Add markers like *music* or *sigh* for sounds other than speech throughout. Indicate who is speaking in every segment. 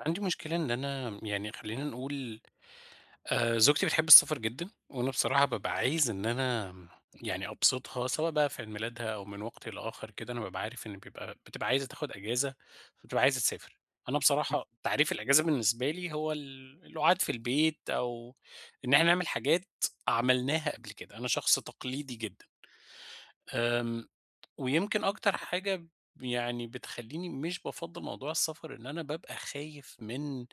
Speaker 1: عندي مشكلة إن أنا يعني خلّينا نقول زوجتي بتحب السفر جدًا، وأنا بصراحة بابقى عايز إن أنا يعني أبسطها، سواء بقى في عيد ميلادها أو من وقت لآخر كده، أنا بابقى عارف إن بتبقى عايزة تاخد إجازة، فبتبقى عايزة تسافر. أنا بصراحة تعريف الإجازة بالنسبة لي هو القعاد في البيت أو إن إحنا نعمل حاجات عملناها قبل كده، أنا شخص تقليدي جدًا. آمم، ويمكن أكتر حاجة يعني بتخلّيني مش بافضّل موضوع السفر إن أنا بابقى خايف من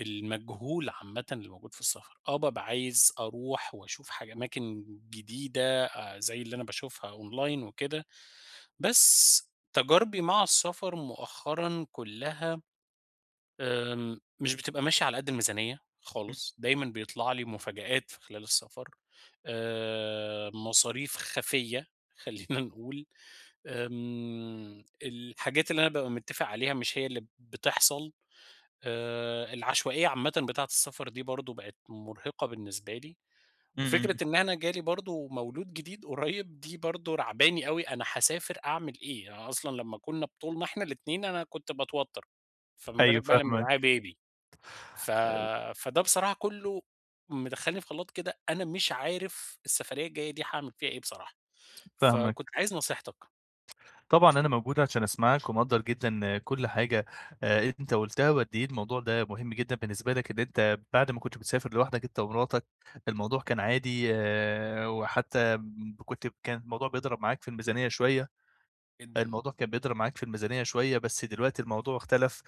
Speaker 1: المجهول عامةً اللي موجود في السفر، بابقى عايز أروح وأشوف أماكن جديدة زي اللي أنا باشوفها أونلاين وكده، بس تجاربي مع السفر مؤخرًا كلها مش بتبقى ماشية على قد الميزانية
Speaker 2: إمم،
Speaker 1: خالص، دايمًا بيطلع لي مفاجآت في خلال السفر، مصاريف خفية *laughs* خلّينا نقول، الحاجات اللي أنا بابقى متفق عليها مش هي اللي بتحصل. العشوائية عامةً بتاعة السفر دي برضه بقت مرهقة بالنسبة لي، وفكرة
Speaker 2: إمم،
Speaker 1: إن أنا جالي برضه مولود جديد قريب دي برضه راعباني أوي أنا هاسافر أعمل إيه؟ أنا أصلًا لمّا كنا بطولنا إحنا الاتنين أنا كنت باتوتر، فما بالك
Speaker 2: أيوه إمم.
Speaker 1: بقى لمّا يبقى معايا
Speaker 2: فاهمك،
Speaker 1: baby ف فده بصراحة كله مدخّلني في خلاط كده أنا مش عارف السفرية الجاية دي هاعمل فيها إيه بصراحة، فكنت
Speaker 2: فاهمك.
Speaker 1: عايز نصيحتك
Speaker 2: طبعًا أنا موجود عشان أسمعك ومقدّر جدًا كل حاجة أنت قُلتها وقد إيه الموضوع ده مهم جدًا بالنسبة لك، إن أنت بعد ما كنت بتسافر لوحدك أنت ومراتك، الموضوع كان عادي وحتى م كنت كان الموضوع بيضرب معاك في الميزانية شوية.
Speaker 1: جدًا.
Speaker 2: الموضوع كان بيضرب معاك في الميزانية شوية، بس دلوقتي الموضوع اختلف،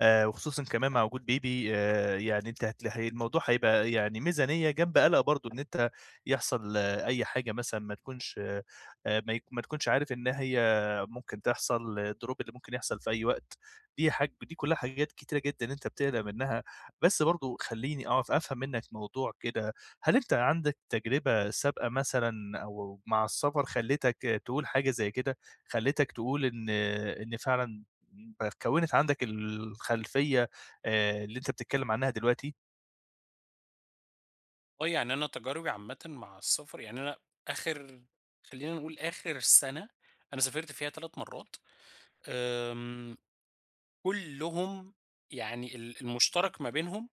Speaker 2: وخصوصًا كمان مع وجود بيبي يعني أنت هت هي الموضوع هيبقى يعني ميزانية جنب قلق برضه إن أنت يحصل أي حاجة مثلًا ما تكونش عارف إن هي ممكن تحصل، الدروب اللي ممكن يحصل في أي وقت، دي كلّها حاجات كتيرة جدًا أنت بتقلق منها، بس برضه خلّيني أعرف أفهم منّك موضوع كده، هل أنت عندك تجربة سابقة مثلًا أو مع السفر خلّتك تقول حاجة زي كده؟ خلّتك تقول إن فعلًا كوِّنت عندك الخلفية اللي أنت بتتكلّم عنها دلوقتي؟
Speaker 1: آه، يعني أنا تجاربي عامةً مع السفر يعني أنا آخر خلّينا نقول آخر سَنة أنا سافرت فيها 3 مرّات، آمم، كُلّهم يعني المشترك ما بينهم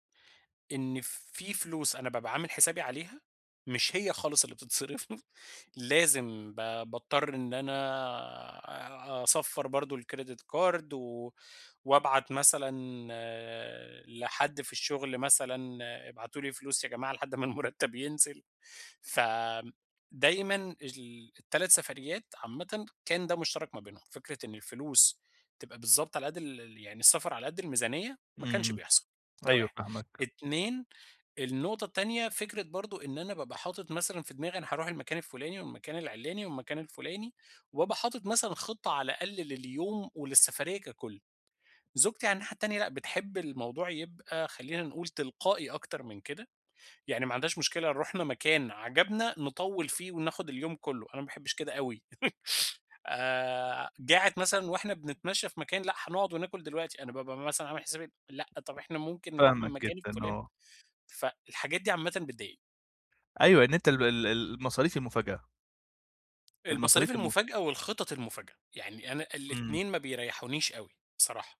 Speaker 1: إن في فلوس أنا بابقى عامل حسابي عليها، مش هي خالص اللي بتتصرف *laughs* لازم باضطر إن أنا أصفّر برضه الكريدت كارد وأبعت مثلًا لحد في الشغل مثلًا ابعتوا لي فلوس يا جماعة لحد ما المُرتّب ينزل. فدايمًا ال3 سفريات عامةً كان ده مشترك ما بينهم، فكرة إن الفلوس تبقى بالضبط على قد ال ال يعني السفر على قد الميزانية ما كانش
Speaker 2: إمم،
Speaker 1: بيحصل، ده
Speaker 2: أيوه
Speaker 1: 1،
Speaker 2: فاهمك،
Speaker 1: 2 النقطة التانية فكرة برضه إن أنا بابقى حاطط مثلًا في دماغي أنا هاروح المكان الفلاني والمكان العلاني والمكان الفلاني، وبابقى حاطط مثلًا خطة على الأقل لليوم وللسفرية ككل. زوجتي على الناحية التانية لأ، بتحب الموضوع يبقى خلّينا نقول تلقائي أكتر من كده. يعني ما عندهاش مشكلة لو رُحنا مكان عجبنا نطوّل فيه وناخد اليوم كلّه، أنا ما باحبش كده أوي، جاعت مثلًا وإحنا بنتمشى في مكان لأ هنقعد وناكل دلوقتي، أنا بابقى مثلًا عامل حسابي لأ طب إحنا ممكن نروح
Speaker 2: فاهمك
Speaker 1: المكان
Speaker 2: جدًا
Speaker 1: الفلاني،
Speaker 2: آه.
Speaker 1: فالحاجات دي عامةً بتضايقني.
Speaker 2: أيوه، إن أنت ال المصاريف المفاجأة،
Speaker 1: المصاريف
Speaker 2: المصاريف الم
Speaker 1: المفاجأة والخطط المفاجأة، يعني أنا
Speaker 2: إمم.
Speaker 1: الاتنين ما بيريحونيش أوي بصراحة،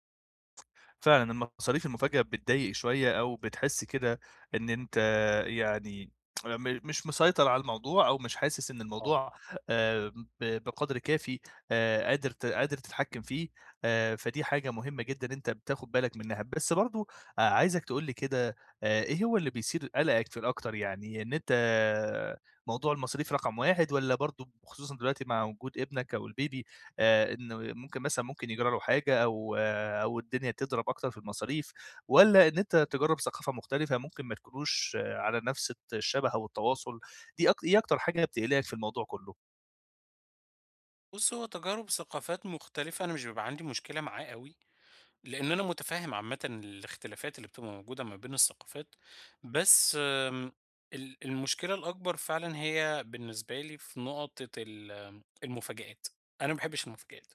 Speaker 2: فعلًا المصاريف المفاجئة بتضايق شوية أو بتحس كده إن أنت يعني مش مسيطر على الموضوع أو مش حاسس إن
Speaker 1: آه.
Speaker 2: الموضوع آآ بقدر كافي قادر تتحكم فيه، فدي حاجة مهمة جدًا أنت بتاخد بالك منها، بس برضه عايزك تقول لي كده إيه هو اللي بيثير قلقك في الأكتر يعني إن أنت موضوع المصاريف رقم 1 والّا برضه خصوصًا دلوقتي مع وجود ابنك أو الBaby إنه ممكن مثلًا ممكن يجرى له حاجة أو الدنيا تضرب أكتر في المصاريف، والّا إن أنت تجرّب ثقافة مختلفة ممكن ما تكونوش على نفس الشبه أو التواصل، دي إيه أكتر حاجة بتقلقك في الموضوع كلّه؟
Speaker 1: بُص هو تجارب ثقافات مختلفة أنا مش بيبقى عندي مشكلة معاه أوي، لإن أنا متفهم عامةً الاختلافات اللي بتبقى موجودة ما بين الثقافات، بس المشكلة الأكبر فعلًا هي بالنسبة لي في نقطة المفاجآت، أنا ما باحبش المفاجآت،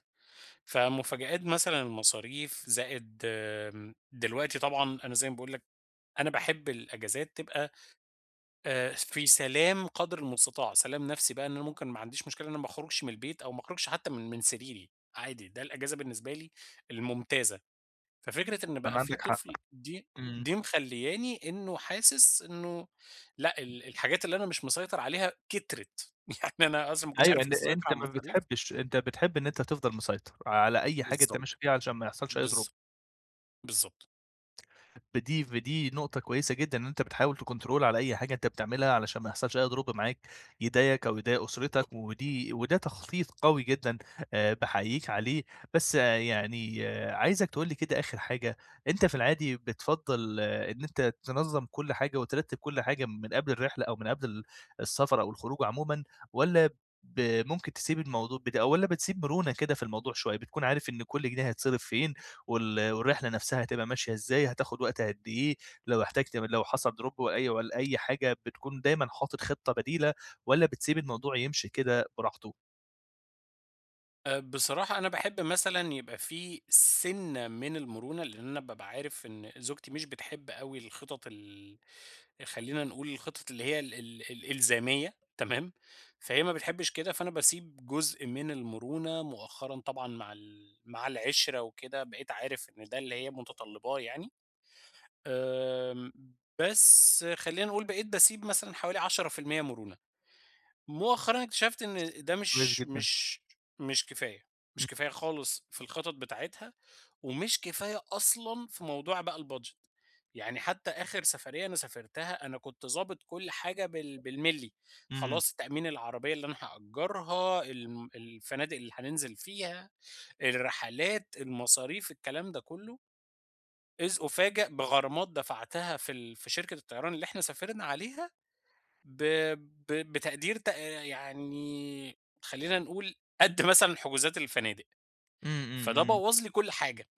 Speaker 1: فمفاجآت مثلًا المصاريف زائد دلوقتي طبعًا أنا زي ما باقول لك أنا باحب الأجازات تبقى في سلام قدر المستطاع، سلام نفسي بقى إن أنا ممكن ما عنديش مشكلة إن أنا ما أخرجش من البيت أو ما أخرجش حتى من سريري، عادي ده الأجازة بالنسبة لي الممتازة. ففكرة إن
Speaker 2: كان
Speaker 1: بقى في
Speaker 2: عندك حق،
Speaker 1: طفل دي
Speaker 2: إمم،
Speaker 1: دي مخلّياني إنه حاسس إنه لأ، الحاجات اللي أنا مش مسيطر عليها كترت، *laughs* يعني أنا أصلًا ما كنتش
Speaker 2: أيوه
Speaker 1: عارف
Speaker 2: إن
Speaker 1: أسيطر
Speaker 2: أنت
Speaker 1: على
Speaker 2: ما
Speaker 1: المصاريف
Speaker 2: بتحبش أنت بتحب إن أنت تفضل مسيطر على أي حاجة أنت ماشي
Speaker 1: بالضبط،
Speaker 2: فيها علشان ما يحصلش أي دروب.
Speaker 1: بالضبط، بالضبط.
Speaker 2: فدي نقطة كويسة جدًا إن أنت بتحاول تكنترول على أي حاجة أنت بتعملها علشان ما يحصلش أي ضرب معاك يضايقك أو يضايق أسرتك، وده تخطيط قوي جدًا باحييك عليه، بس يعني عايزك تقول لي كده آخر حاجة، أنت في العادي بتفضّل إن أنت تنظّم كل حاجة وترتّب كل حاجة من قبل الرحلة أو من قبل السفر أو الخروج عمومًا، والّا ممكن تسيب الموضوع والّا بتسيب مرونة كده في الموضوع شوية، بتكون عارف إن كل جنيه هيتصرف فين والرحلة نفسها هتبقى ماشية إزاي، هتاخد وقت قد إيه، لو حصل drop والّا أي حاجة بتكون دايمًا حاطط خطة بديلة والّا بتسيب الموضوع يمشي كده براحته؟
Speaker 1: بصراحة أنا باحب مثلًا يبقى في سِنّة من المرونة، لإن أنا بابقى عارف إن زوجتي مش بتحب أوي الخطط خلّينا نقول الخطط اللي هي ال ال الإلزامية تمام، فهي ما بتحبش كده، فأنا باسيب جزء من المرونة مؤخرًا طبعًا مع مع العِشرة وكده، بقيت عارف إن ده اللي هي متطلباه يعني، آمم، بس خلّينا نقول بقيت باسيب مثلًا حوالي 10% مرونة. مؤخرًا اكتشفت إن ده
Speaker 2: كويس
Speaker 1: مش
Speaker 2: جدًا.
Speaker 1: مش مش كفاية، مش
Speaker 2: إمم،
Speaker 1: كفاية خالص في الخطط بتاعتها، ومش كفاية أصلًا في موضوع بقى البادجت، يعني حتى آخر سفرية أنا سافرتها أنا كنت ضابط كل حاجة بالملي،
Speaker 2: إمم،
Speaker 1: خلاص تأمين العربية اللي أنا هأجرها، الفنادق اللي هننزل فيها، الرحلات، المصاريف، الكلام ده كله، إذ أُفاجأ بغرامات دفعتها في شركة الطيران اللي إحنا سافرنا عليها ب ب بتقدير يعني خلّينا نقول قد مثلًا حجوزات الفنادق،
Speaker 2: إمم، إمم،
Speaker 1: فده
Speaker 2: إمم.
Speaker 1: بوّظ لي كل حاجة.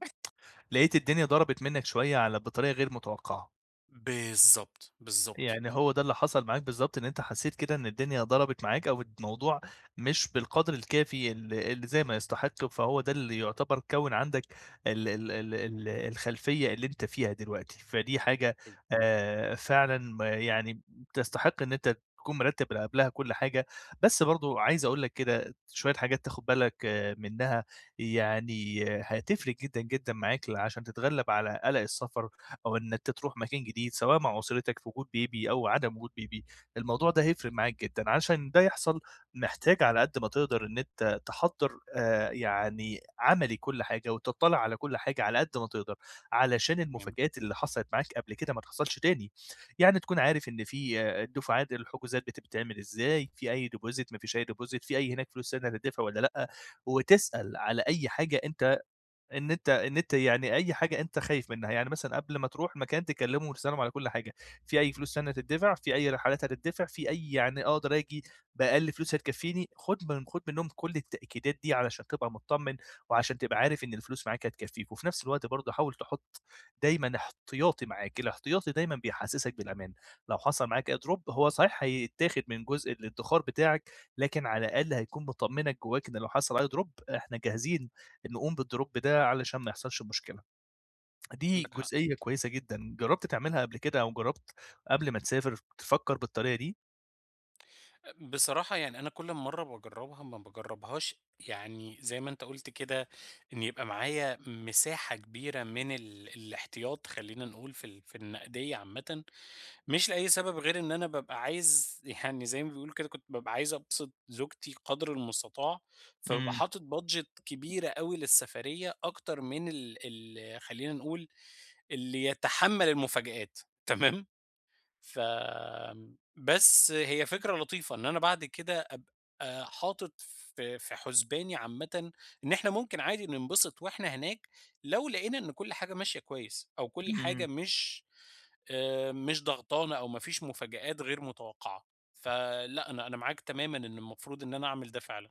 Speaker 2: لقيت الدنيا ضربت منّك شوية بطريقة غير متوقعة.
Speaker 1: بالضبط، بالضبط،
Speaker 2: يعني هو ده اللي حصل معاك بالضبط، إن أنت حسّيت كده إن الدنيا ضربت معاك أو الموضوع مش بالقدْر الكافي اللي زي ما يستحق، فهو ده اللي يعتبر كوّن عندك ال ال ال ال الخلفية اللي أنت فيها دلوقتي، فدي حاجة فعلًا يعني تستحق إن أنت تكون مرتّب قبلها كل حاجة، بس برضه عايز أقول لك كده شوية حاجات تاخد بالك منها، يعني هتفرق جدًا، جدًا معاك عشان تتغلّب على قَلَق السفر أو إن أنت تروح مكان جديد، سواء مع أسرتك في وجود بيبي أو عدم وجود بيبي، الموضوع ده هيفرق معاك جدًا، عشان ده يحصل محتاج على قد ما تقدر إن أنت تحضّر يعني عملي كل حاجة، وتطّلع على كل حاجة على قد ما تقدر، علشان
Speaker 1: فاهم،
Speaker 2: المفاجآت اللي حصلت معاك قبل كده ما تحصلش تاني، يعني تكون عارف إن في الدفعات الحجوزات بتتعمل إزاي، في أي deposit ما فيش أي deposit، في أي هناك فلوس تانية هتدفع والّا لأ، وتسأل على أي حاجة أنت إن أنت يعني أي حاجة أنت خايف منها، يعني مثلًا قبل ما تروح المكان تكلمهم وتسألهم على كل حاجة، في أي فلوس تانية هتدفع، في أي رحلات هتدفع، في أي يعني أقدر آجي بأقل فلوس هتكفيني، خُد منهم كل التأكيدات دي علشان تبقى متطمن، وعشان تبقى عارف إن الفلوس معاك هتكفيك، وفي نفس الوقت برضه حاول تحط دايمًا احتياطي معاك، الاحتياطي دايمًا بيحسسك بالأمان، لو حصل معاك drop هو صحيح هيتاخد من جزء الادخار بتاعك، لكن على الأقل هيكون مطمنك جواك إن لو حصل أي drop إحنا جاهزين. نقوم بالdrop ده علشان ما يحصلش مشكلة. دي
Speaker 1: عندك حق.
Speaker 2: جزئية كويسة جدًا، جرّبت تعملها قبل كده أو جرّبت قبل ما تسافر تفكّر بالطريقة دي؟
Speaker 1: بصراحة يعني أنا كل مرّة باجرّبها ما باجرّبهاش يعني زي ما أنت قُلت كده إن يبقى معايا مساحة كبيرة من الاحتياط خلّينا نقول في النقدية عامةً، مش لأي سبب غير إن أنا بابقى عايز *laughs* يعني زي ما بيقولوا كده كنت بابقى عايز أبسط زوجتي قدر المستطاع، فبابقى
Speaker 2: إمم،
Speaker 1: حاطط budget كبيرة أوي للسفرية أكتر من ال ال خلّينا نقول اللي يتحمّل المفاجآت تمام؟ ف بس هي فكرة لطيفة إن أنا بعد كده أبقى حاطط في حُسباني عامةً إن إحنا ممكن عادي ننبسط وإحنا هناك، لو لقينا إن كل حاجة ماشية كويس، أو كل حاجة
Speaker 2: إمم.
Speaker 1: مش ضغطانا أو ما فيش مفاجآت غير متوقعة. فلأ، أنا معاك تمامًا إن المفروض إن أنا أعمل ده فعلًا،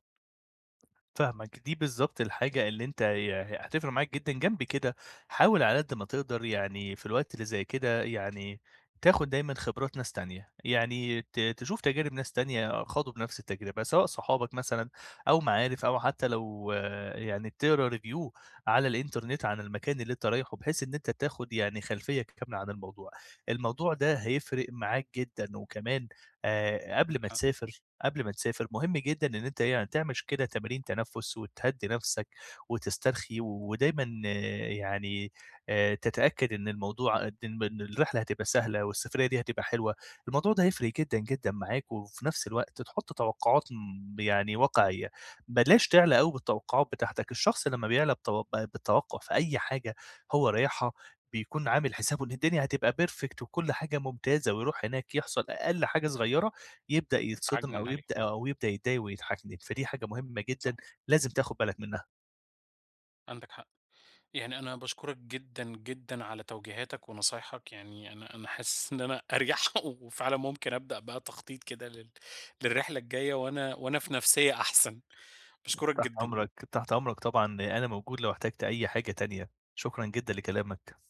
Speaker 2: فاهمك، دي بالضبط الحاجة اللي أنت هتفرق معاك جدًا. جنب كده حاول على قد ما تقدر يعني في الوقت اللي زي كده يعني تاخد دايمًا خبرات ناس تانية، يعني تشوف تجارب ناس تانية خاضوا بنفس التجربة، سواء صحابك مثلًا أو معارف أو حتى لو يعني تقرا review على الإنترنت عن المكان اللي أنت رايحه، بحيث إن أنت تاخد يعني خلفية كاملة عن الموضوع. الموضوع ده هيفرق معاك جدًا، وكمان آآ
Speaker 1: عندك
Speaker 2: قبل ما
Speaker 1: حق،
Speaker 2: تسافر قبل ما تسافر، مهم جدًا إن أنت يعني تعمل كده تمارين تنفُّس وتهدّي نَفْسك وتسترخي، ودايمًا يعني تتأكد إن الموضوع إن إن الرحلة هتبقى سهلة والسفرية دي هتبقى حلوة، الموضوع ده هيفرق جدًا، جدًا معاك وفي نَفْس الوقت تحُط توقعات يعني واقعية، بلاش تعلى أوي بالتوقعات بتاعتك، الشخص لمّا بيعلى بالتوقع في أي حاجة هو رايحها، بيكون عامل حسابه إن الدنيا هتبقى perfect وكل حاجة ممتازة ويروح هناك يحصل أقل حاجة صغيّرة يبدأ يتصدم
Speaker 1: تعجنن
Speaker 2: أو
Speaker 1: عليه،
Speaker 2: يبدأ يتضايق ويضحكني، فدي حاجة مهمة جدًا
Speaker 1: صح،
Speaker 2: لازم تاخد بالك منها.
Speaker 1: عندك حق. يعني أنا باشكرك جدًا، جدًا على توجيهاتك ونصايحك، يعني أنا حاسس إن أنا أريح *laughs* وفعلًا ممكن أبدأ بقى تخطيط كده للرحلة الجاية وأنا في نفسيّة أحسن، باشكرك
Speaker 2: تحت
Speaker 1: جدًا.
Speaker 2: أمرك، تحت أمرك طبعًا أنا موجود لو احتجت أي حاجة تانية. شكرًا جدًا لكلامك.